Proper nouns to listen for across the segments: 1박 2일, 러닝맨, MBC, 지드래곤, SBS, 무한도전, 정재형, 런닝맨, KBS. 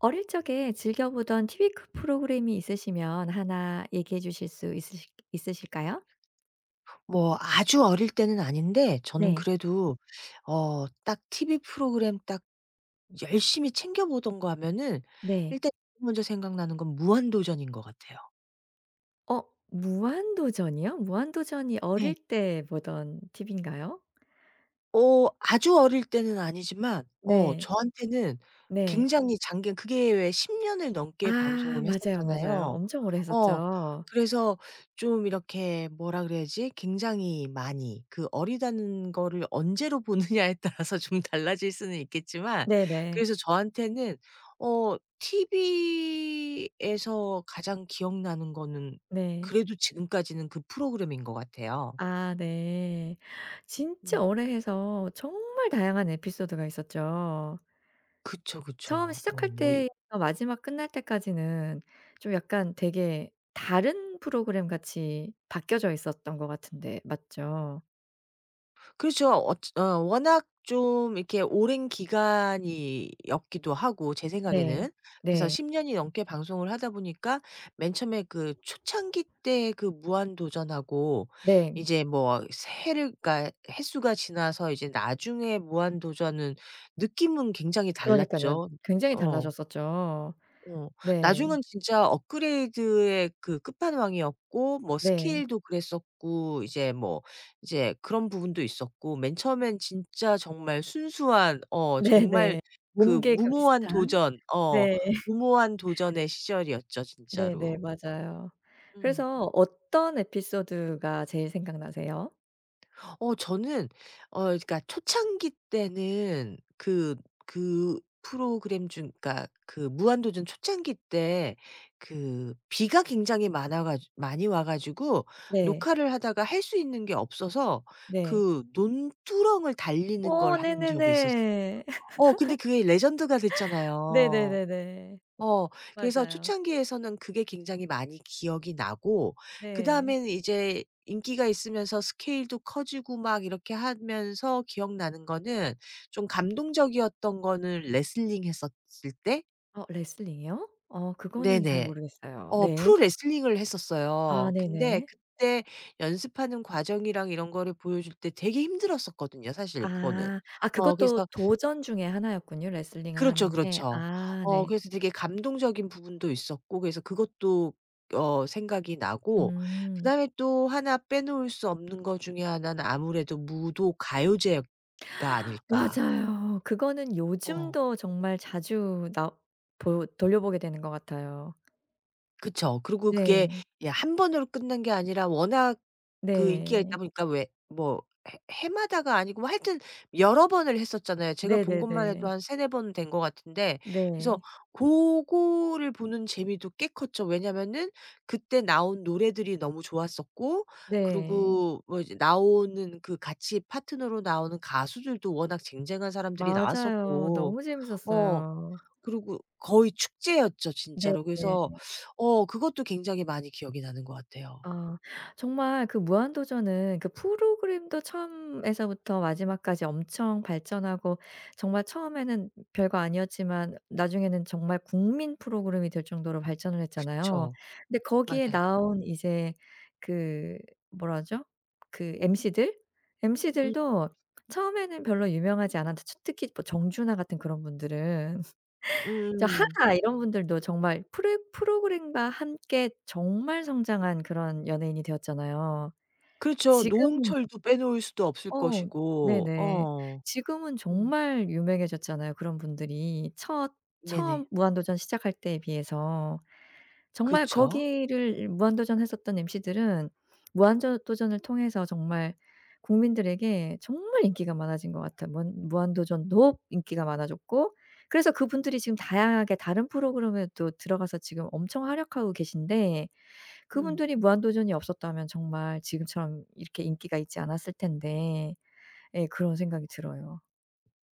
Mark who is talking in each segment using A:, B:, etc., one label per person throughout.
A: 어릴 적에 즐겨보던 TV 그 프로그램이 있으시면 하나 얘기해 주실 수 있으실까요?
B: 뭐 아주 어릴 때는 아닌데 저는
A: 네.
B: 그래도 딱 TV 프로그램 딱 열심히 챙겨 보던 거 하면은
A: 네.
B: 일단 제일 먼저 생각나는 건 무한도전인 것 같아요.
A: 어 무한도전이요? 무한도전이 어릴
B: 네.
A: 때 보던 TV인가요?
B: 아주 어릴 때는 아니지만
A: 네.
B: 저한테는
A: 네.
B: 굉장히 장기 그게 왜 10 년을
A: 아
B: 넘게 방송을
A: 맞아요, 맞아요.
B: 했었잖아요.
A: 엄청 오래
B: 어
A: 했었죠.
B: 그래서 좀 이렇게 뭐라 그래야지? 굉장히 많이 그 어리다는 거를 언제로 보느냐에 따라서 좀 달라질 수는 있겠지만
A: 네네.
B: 그래서 저한테는 TV에서 가장 기억나는 거는
A: 네.
B: 그래도 지금까지는 그 프로그램인 것 같아요.
A: 아 네. 진짜
B: 음.
A: 오래 해서 정말 다양한 에피소드가 있었죠.
B: 그쵸,
A: 처음
B: 그쵸. 어
A: 시작할
B: 뭐
A: 때에서 마지막 끝날 때까지는 좀 약간 되게 다른 프로그램 같이 바뀌어져 있었던 것 같은데 맞죠?
B: 그렇죠. 워낙 좀 이렇게 오랜 기간이었기도 하고 제
A: 네.
B: 생각에는. 그래서
A: 네.
B: 10 년이 넘게 방송을 하다 보니까 맨 처음에 그 초창기 때 그 무한도전하고
A: 네.
B: 이제 뭐 해를 가 횟수가 지나서 이제 나중에 무한도전은 느낌은 굉장히
A: 그러니깐요.
B: 달랐죠.
A: 굉장히
B: 어.
A: 달라졌었죠.
B: 어.
A: 네.
B: 나중은 진짜 업그레이드의 그 끝판왕이었고 뭐
A: 네.
B: 스케일도 그랬었고 이제 뭐 이제 그런 부분도 있었고 맨 처음엔 진짜 정말 순수한 정말
A: 네네.
B: 그
A: 몸개그
B: 무모한
A: 비슷한.
B: 도전
A: 네.
B: 무모한 도전의 시절이었죠 진짜로.
A: 네네. 맞아요.
B: 음.
A: 그래서 어떤 에피소드가 제일 생각나세요?
B: 저는 그러니까 초창기 때는 그 프로그램 중 그러니까 그 무한도전 초창기 때 그 비가 굉장히 많아 가 많이 와 가지고
A: 네.
B: 녹화를 하다가 할 수 있는 게 없어서
A: 네.
B: 그 논두렁을 달리는 걸
A: 어
B: 한 적이 있었어.
A: 네네네.
B: 근데 그게 레전드가 됐잖아요.
A: 네네네네.
B: 어 그래서
A: 맞아요.
B: 초창기에서는 그게 굉장히 많이 기억이 나고
A: 네.
B: 그다음에는 이제 인기가 있으면서 스케일도 커지고 막 이렇게 하면서 기억나는 거는 좀 감동적이었던 거는 레슬링 했었을 때.
A: 어 레슬링이요? 어 그거는 잘
B: 네네.
A: 모르겠어요. 네.
B: 프로 레슬링을
A: 아
B: 했었어요. 근데
A: 네네.
B: 그때 연습하는 과정이랑 이런 거를 보여줄 때 되게 힘들었었거든요 사실 그거는.
A: 아. 아 그것도
B: 그래서
A: 도전 중에 하나였군요. 레슬링을
B: 그렇죠,
A: 하는 게.
B: 그렇죠.
A: 아 네.
B: 그래서 되게 감동적인 부분도 있었고 그래서 그것도 생각이 나고
A: 음.
B: 그다음에 또 하나 빼놓을 수 없는 것 중에 하나는 아무래도 무도 가요제가 아닐까.
A: 맞아요. 그거는
B: 어.
A: 요즘도 정말 자주 나 보 돌려보게 되는 것 같아요.
B: 그쵸. 그리고 그게
A: 네.
B: 예 한 번으로 끝난 게 아니라 워낙 그 인기가 있다
A: 네.
B: 보니까 왜 뭐 해 해마다가 아니고 뭐 하여튼 여러 번을 했었잖아요. 제가 본 것만 해도
A: 네네네.
B: 한 3-4번 된 것 같은데 그래서
A: 네.
B: 고거를 보는 재미도 꽤 컸죠. 왜냐면은 그때 나온 노래들이 너무 좋았었고
A: 네.
B: 그리고 뭐 이제 나오는 그 같이 파트너로 나오는 가수들도 워낙 쟁쟁한 사람들이
A: 맞아요.
B: 나왔었고
A: 너무
B: 어.
A: 재밌었어요.
B: 그리고 거의 축제였죠 진짜로.
A: 네네.
B: 그래서 그것도 굉장히 많이 기억이 나는 것 같아요.
A: 아. 정말 그 무한도전은 그 프로그램도 처음에서부터 마지막까지 엄청 발전하고 정말 처음에는 별거 아니었지만 나중에는 정말 국민 프로그램이 될 정도로 발전을 했잖아요.
B: 그쵸.
A: 근데 거기에
B: 맞아요.
A: 나온 이제 그 뭐라 하죠? 그 MC들?
B: 음
A: MC들도 처음에는 별로 유명하지 않았는데 특히 뭐 정준하 같은 그런 분들은 저
B: 음.
A: 하하 이런 분들도 정말 프레 프로그램과 함께 정말 성장한 그런 연예인이 되었잖아요.
B: 그렇죠.
A: 지금은
B: 노홍철도 빼놓을 수도 없을
A: 어
B: 것이고.
A: 네네.
B: 어.
A: 지금은
B: 음.
A: 정말 유명해졌잖아요, 그런 분들이. 첫 처음
B: 네네.
A: 무한도전 시작할 때에 비해서. 정말
B: 그쵸.
A: 거기를 무한도전했었던 MC들은 무한 도전을 통해서 정말 국민들에게 정말 인기가 많아진 것 같아요. 무한도전도 인기가 많아졌고 그래서 그분들이 지금 다양하게 다른 프로그램에도 들어가서 지금 엄청 활약하고 계신데
B: 음.
A: 그분들이 무한도전이 없었다면 정말 지금처럼 이렇게 인기가 있지 않았을 텐데 예 그런 생각이 들어요.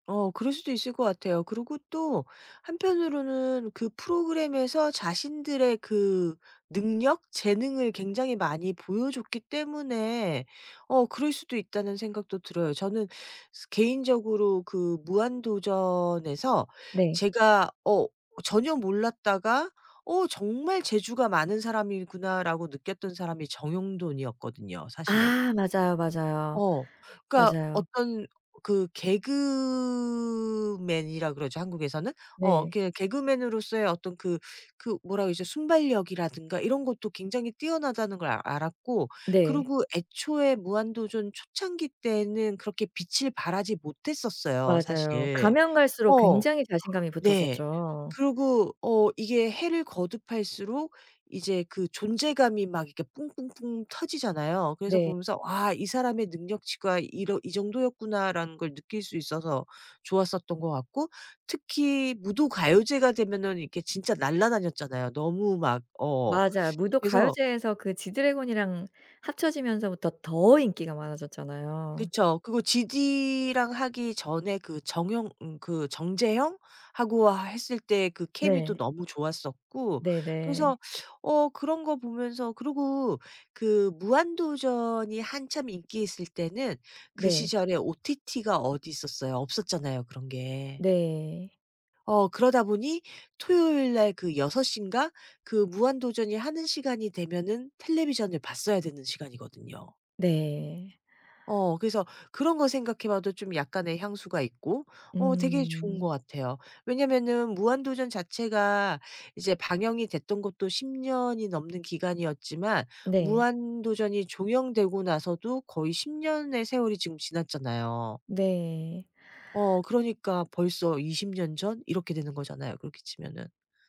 B: 그럴 수도 있을 것 같아요. 그리고 또 한편으로는 그 프로그램에서 자신들의 그 능력, 재능을 굉장히 많이 보여줬기 때문에 그럴 수도 있다는 생각도 들어요. 저는 스 개인적으로 그 무한도전에서
A: 네.
B: 제가 전혀 몰랐다가 '어 정말 재주가 많은 사람이구나.'라고 느꼈던 사람이 정용돈이었거든요 사실은.
A: 아 맞아요, 맞아요.
B: 어. 그러니까
A: 맞아요.
B: 어떤 그 개그맨이라 그러죠, 한국에서는.
A: 네.
B: 그냥 개그맨으로서의 어떤 그 뭐라 그러죠? 순발력이라든가 이런 것도 굉장히 뛰어나다는 걸 알았고
A: 네.
B: 그리고 애초에 무한도전 초창기 때는 그렇게 빛을 발하지 못했었어요,
A: 맞아요.
B: 사실.
A: 가면 갈수록
B: 어.
A: 굉장히 자신감이
B: 네.
A: 붙었었죠.
B: 그리고 이게 해를 거듭할수록 이제 그 존재감이 막 이렇게 뿡뿡뿡 터지잖아요. 그래서
A: 네.
B: 보면서 '와 이 사람의 능력치가 이러 이 정도였구나.'라는 걸 느낄 수 있어서 좋았었던 것 같고 특히 무도가요제가 되면은 이렇게 진짜 날라다녔잖아요. 너무 막
A: 맞아요. 무도
B: 그래서
A: 가요제에서 그 지드래곤이랑 합쳐지면서부터 더 인기가 많아졌잖아요.
B: 그쵸. 그거 지디랑 하기 전에 그 정형 그 정재형 하고 하 했을 때 그 케미도
A: 네.
B: 너무 좋았었고 그래서
A: 네네.
B: 그런 거 보면서 그리고 그 무한도전이 한참 인기 있을 때는 그
A: 네.
B: 시절에 OTT가 어디 있었어요? 없었잖아요, 그런 게.
A: 네.
B: 그러다 보니 토요일 날 그 6 시인가 그 무한도전이 하는 시간이 되면은 텔레비전을 봤어야 되는 시간이거든요.
A: 네.
B: 그래서 그런 거 생각해 봐도 좀 약간의 향수가 있고 되게 좋은 것
A: 음.
B: 같아요. 왜냐면은 무한도전 자체가 이제 방영이 됐던 것도 10 년이 넘는 기간이었지만
A: 네.
B: 무한도전이 종영되고 나서도 거의 10 년의 세월이 지금 지났잖아요.
A: 네.
B: 그러니까 벌써 20년 전 이렇게 되는 거잖아요 그렇게 치면은.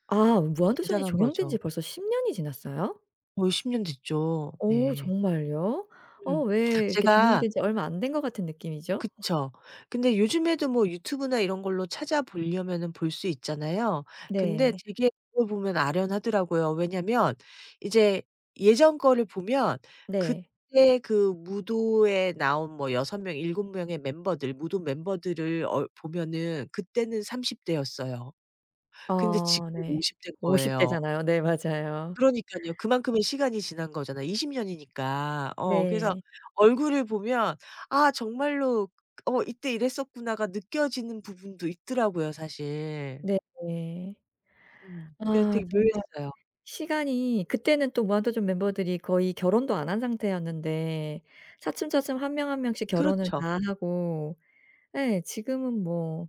A: 아 무한도전이
B: 대단한
A: 종영된 지
B: 거죠.
A: 벌써 10 년이 지났어요?
B: 거의 10년 됐죠.
A: 어
B: 네.
A: 정말요? 어
B: 음.
A: 왜 이렇게
B: 제가
A: 종영된 지 얼마 안 된 것 같은 느낌이죠?
B: 그쵸. 근데 요즘에도 뭐 유튜브나 이런 걸로 찾아보려면은 볼 수 있잖아요. 근데
A: 네.
B: 되게 그걸 보면 아련하더라고요. 왜냐면 이제 예전 거를 보면
A: 네.
B: 그때 그 무도에 나온 뭐 6 명, 7 명의 멤버들 무도 멤버들을 보면은 그때는 30 대였어요. 근데
A: 어
B: 지금은
A: 네.
B: 50 대인
A: 50
B: 거예요.
A: 대잖아요. 네 맞아요.
B: 그러니깐요. 그만큼의 시간이 지난 거잖아요. 20 년이니까. 그래서
A: 네.
B: 얼굴을 보면 '아 정말로 어 이때 이랬었구나.'가 느껴지는 부분도 있더라고요 사실.
A: 네네.
B: 음. 그래서
A: 아
B: 되게
A: 정말
B: 묘했어요.
A: 시간이 그때는 또 무한도전 멤버들이 거의 결혼도 안 한 상태였는데 차츰차츰 한 명 한 명씩 결혼을
B: 그렇죠.
A: 다 하고 예 지금은 뭐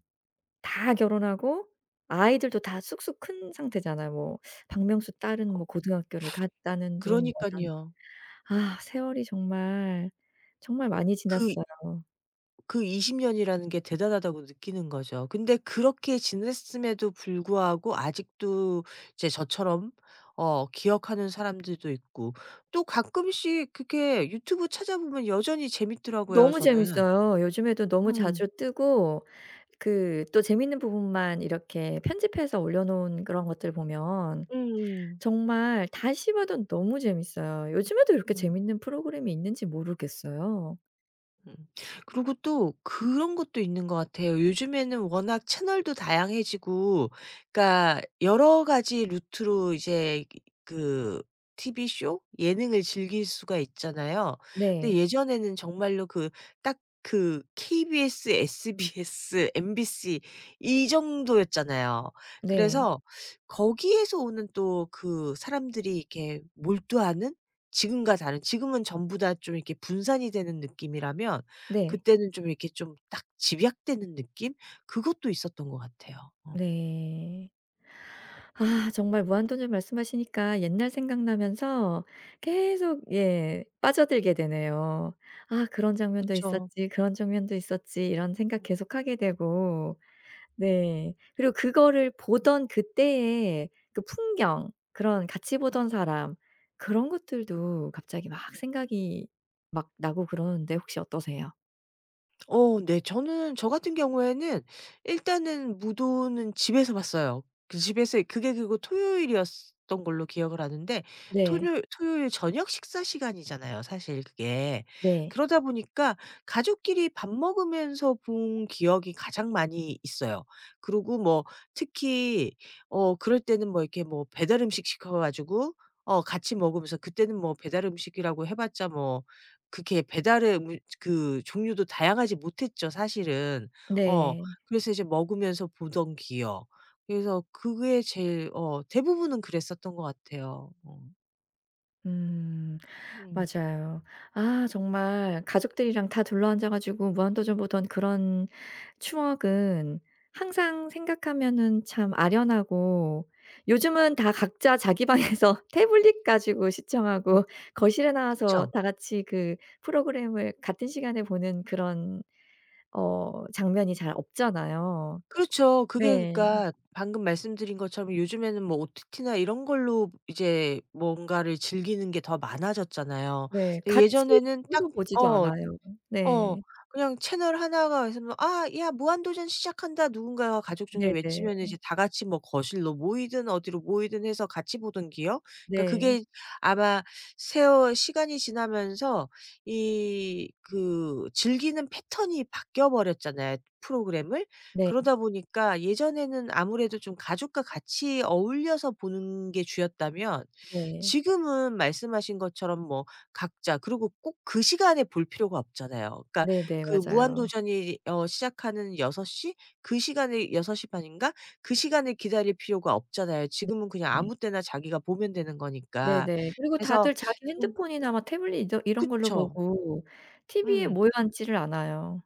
A: 다 결혼하고 아이들도 다 쑥쑥 큰 상태잖아요. 뭐 박명수 딸은 뭐 고등학교를 갔다는 둥 뭐 이런
B: 그러니깐요.
A: 아 세월이 정말, 정말 많이
B: 그
A: 지났어요.
B: 그 20 년이라는 게 대단하다고 느끼는 거죠. 근데 그렇게 지냈음에도 불구하고 아직도 이제 저처럼 기억하는 사람들도 있고 또 가끔씩 그게 유튜브 찾아보면 여전히 재밌더라고요
A: 너무
B: 저는.
A: 재밌어요. 요즘에도 너무
B: 음.
A: 자주 뜨고 그 또 재밌는 부분만 이렇게 편집해서 올려 놓은 그런 것들 보면
B: 음.
A: 정말 다시 봐도 너무 재밌어요. 요즘에도 이렇게
B: 음.
A: 재밌는 프로그램이 있는지 모르겠어요.
B: 음. 그리고 또 그런 것도 있는 것 같아요. 요즘에는 워낙 채널도 다양해지고 그러니까 여러 가지 루트로 이제 그 TV 쇼? 예능을 즐길 수가 있잖아요. 근데
A: 네.
B: 예전에는 정말로 그 딱 그 KBS, SBS, MBC 이 정도였잖아요.
A: 네.
B: 그래서 거기에서 오는 또 그 사람들이 이렇게 몰두하는 지금과 다른 지금은 전부 다 좀 이렇게 분산이 되는 느낌이라면
A: 네.
B: 그때는 좀 이렇게 좀 딱 집약되는 느낌? 그것도 있었던 것 같아요. 어.
A: 네. 아 정말 무한도전 말씀하시니까 옛날 생각나면서 계속 예 빠져들게 되네요. '아 그런 장면도
B: 그쵸.
A: 있었지. 그런 장면도 있었지.' 이런 생각 계속하게 되고 네. 그리고 그거를 보던 그때의 그 풍경 그런 같이 보던 사람 그런 것들도 갑자기 막 생각이 막 나고 그러는데 혹시 어떠세요?
B: 네. 저는 저 같은 경우에는 일단은 무도는 집에서 봤어요. 그 집에서 그게 그리고 토요일이었던 걸로 기억을 하는데
A: 네.
B: 토요일 저녁 식사 시간이잖아요 사실 그게.
A: 네.
B: 그러다 보니까 가족끼리 밥 먹으면서 본 기억이 가장 많이 있어요. 그리고 뭐 특히 그럴 때는 뭐 이렇게 뭐 배달 음식 시켜 가지고 같이 먹으면서 그때는 뭐 배달 음식이라고 해 봤자 뭐 그렇게 배달의 그 종류도 다양하지 못했죠 사실은. 어
A: 네.
B: 그래서 이제 먹으면서 보던 기억. 그래서 그게 제일 대부분은 그랬었던 것 같아요. 어.
A: 음.
B: 음.
A: 맞아요. 아 정말 가족들이랑 다 둘러앉아 가지고 무한도전 보던 그런 추억은 항상 생각하면은 참 아련하고 요즘은 다 각자 자기 방에서 태블릿 가지고 시청하고 거실에 나와서
B: 그쵸.
A: 다 같이 그 프로그램을 같은 시간에 보는 그런 어 장면이 잘 없잖아요.
B: 그렇죠. 그게
A: 네.
B: 그러니까 방금 말씀드린 것처럼 요즘에는 뭐 OTT나 이런 걸로 이제 뭔가를 즐기는 게 더 많아졌잖아요.
A: 네.
B: 근데
A: 같이
B: 예전에는
A: 보
B: 딱
A: 고 보지도
B: 어.
A: 않아요.
B: 어.
A: 네.
B: 그냥 채널 하나가 있으면 '아 야 무한도전 시작한다.' 누군가가 가족 중에 외치
A: 네네.
B: 면 이제 다 같이 뭐 거실로 모이든 어디로 모이든 해서 같이 보던 기억? 그러니까
A: 네.
B: 그게 아마 세월 시간이 지나면서 이 그 즐기는 패턴이 바뀌어 버렸잖아요, 프로그램을.
A: 네.
B: 그러다 보니까 예전에는 아무래도 좀 가족과 같이 어울려서 보는 게 주였다면
A: 네.
B: 지금은 말씀하신 것처럼 뭐 각자 그리고 꼭 그 시간에 볼 필요가 없잖아요. 그러니까
A: 네네.
B: 그
A: 맞아요.
B: 무한도전이 시작하는 6시 그 시간에 6시 반 인가 그 시간을 기다릴 필요가 없잖아요.
A: 네.
B: 지금은 그냥
A: 네.
B: 아무 때나 자기가 보면 되는 거니까.
A: 네네. 그리고
B: 그래서
A: 다들 자기
B: 좀
A: 핸드폰이나 막 태블릿 이 이런 걸로
B: 그쵸.
A: 보고 TV에
B: 음.
A: 모여 앉지를 않아요.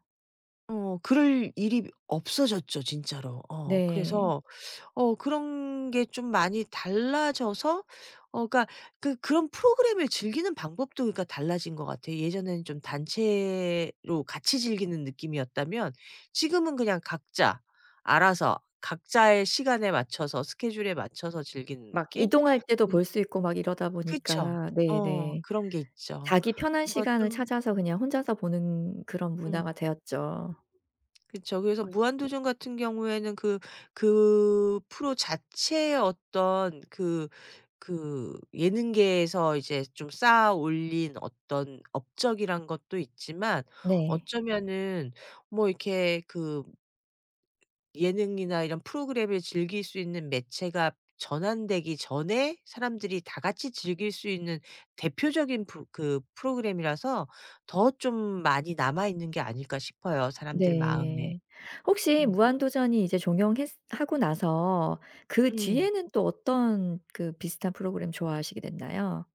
B: 그럴 일이 없어졌죠 진짜로.
A: 네.
B: 그래서 그런 게 좀 많이 달라져서 그니까 그런 프로그램을 즐기는 방법도 그러니까 달라진 것 같아요. 예전에는 좀 단체로 같이 즐기는 느낌이었다면 지금은 그냥 각자 알아서 각자의 시간에 맞춰서 스케줄에 맞춰서 즐기는
A: 막
B: 느낌?
A: 이동할 때도
B: 음
A: 볼 수 있고 막 이러다
B: 그쵸.
A: 보니까 네네.
B: 그런 게 있죠.
A: 자기 편한
B: 그래서
A: 시간을
B: 좀
A: 찾아서 그냥 혼자서 보는 그런
B: 음.
A: 문화가 되었죠.
B: 그죠 그래서
A: 막
B: 무한도전 같은 경우에는 그 프로 자체의 어떤 그 예능계에서 이제 좀 쌓아 올린 어떤 업적이란 것도 있지만
A: 네.
B: 어쩌면은 뭐 이렇게 그 예능이나 이런 프로그램을 즐길 수 있는 매체가 전환되기 전에 사람들이 다 같이 즐길 수 있는 대표적인 프 그 프로그램이라서 더 좀 많이 남아 있는 게 아닐까 싶어요, 사람들 마음에.
A: 네. 혹시
B: 음.
A: 무한도전이 이제 종영했 하고 나서 그
B: 음.
A: 뒤에는 또 어떤 그 비슷한 프로그램 좋아하시게 됐나요?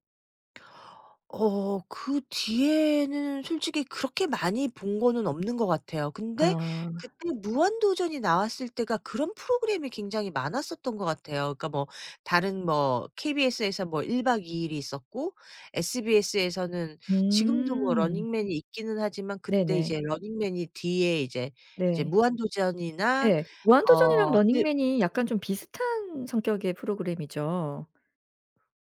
B: 그 뒤에는 솔직히 그렇게 많이 본 거는 없는 것 같아요. 근데
A: 아.
B: 그때 무한도전이 나왔을 때가 그런 프로그램이 굉장히 많았었던 것 같아요. 그러니까 뭐 다른 뭐 KBS에서 뭐 1 박 2 일이 있었고 SBS에서는 지금도 뭐
A: 음.
B: 런닝맨이 있기는 하지만 그때
A: 네네.
B: 이제 런닝맨이 뒤에 이제
A: 네.
B: 무한도전이나
A: 예. 무한도전이랑
B: 어 일-
A: 러닝맨이 약간 좀 비슷한 성격의 프로그램이죠.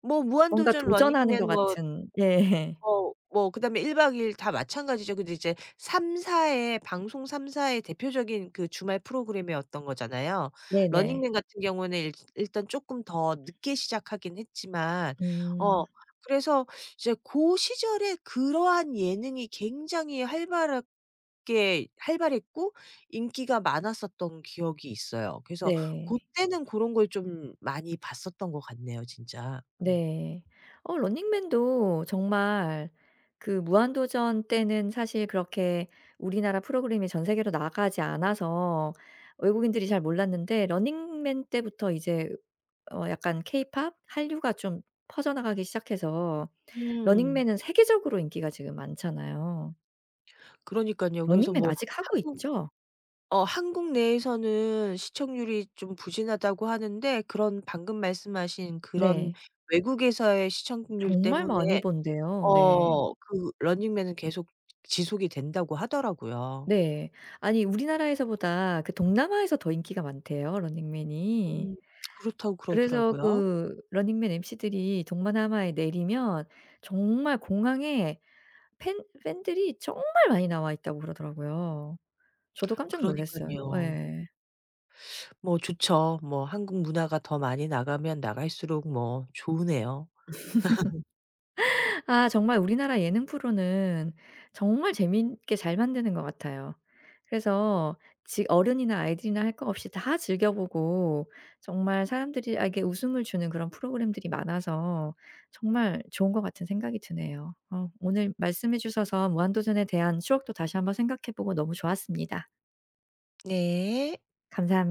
B: 뭐
A: 뭔가
B: 무한도전,
A: 도전하는 것
B: 런닝맨 뭐
A: 같은 예.
B: 뭐 그다음에 1박 2일 다 마찬가지죠. 근데 이제 3사의 방송, 3사의 대표적인 그 주말 프로그램이었던 거잖아요.
A: 네네.
B: 러닝맨 같은 경우는 일 일단 쪼끔 더 늦게 시작하긴 했지만 어
A: 음.
B: 그래서 이제 고 시절에 그러한 예능이 굉장히 활발하게 활발했고 인기가 많았었던 기억이 있어요. 그래서
A: 네.
B: 고때는 고런 걸 좀 많이 봤었던 것 같네요, 진짜. 음.
A: 네. 어 러닝맨도 정말 그 무한도전 때는 사실 그렇게 우리나라 프로그램이 전 세계로 나가지 않아서 외국인들이 잘 몰랐는데 러닝맨 때부터 이제 어 약간 케이팝, 한류가 좀 퍼져나가기 시작해서
B: 음.
A: 러닝맨은 세계적으로 인기가 지금 많잖아요.
B: 그러니깐요. 그래서
A: 러닝맨
B: 뭐
A: 아직 하고
B: 한국
A: 있죠?
B: 한국 내에서는 시청률이 좀 부진하다고 하는데 그런 방금 말씀하신 그런
A: 네.
B: 외국에서의 시청률
A: 정말 많이
B: 때문에
A: 번대요. 네.
B: 그 런닝맨은 계속 지속이 된다고 하더라고요.
A: 네. 아니 우리나라에서보다 그 동남아에서 더 인기가 많대요, 러닝맨이.
B: 음 그렇다고
A: 그래서
B: 그러더라고요.
A: 그 러닝맨 MC들이 동남아에 내리면 정말 공항에 팬 팬들이 정말 많이 나와 있다고 그러더라고요. 저도 깜짝 놀랐어요.
B: 그러니깐요.
A: 예.
B: 뭐 좋죠. 뭐 한국 문화가 더 많이 나가면 나갈수록 뭐 좋으네요.
A: 아 정말 우리나라 예능 프로는 정말 재미있게 잘 만드는 것 같아요. 그래서 지 어른이나 아이들이나 할 것 없이 다 즐겨 보고 정말 사람들이에게 웃음을 주는 그런 프로그램들이 많아서 정말 좋은 것 같은 생각이 드네요. 어 오늘 말씀해 주셔서 무한도전에 대한 추억도 다시 한번 생각해 보고 너무 좋았습니다.
B: 네.
A: 감사합 니다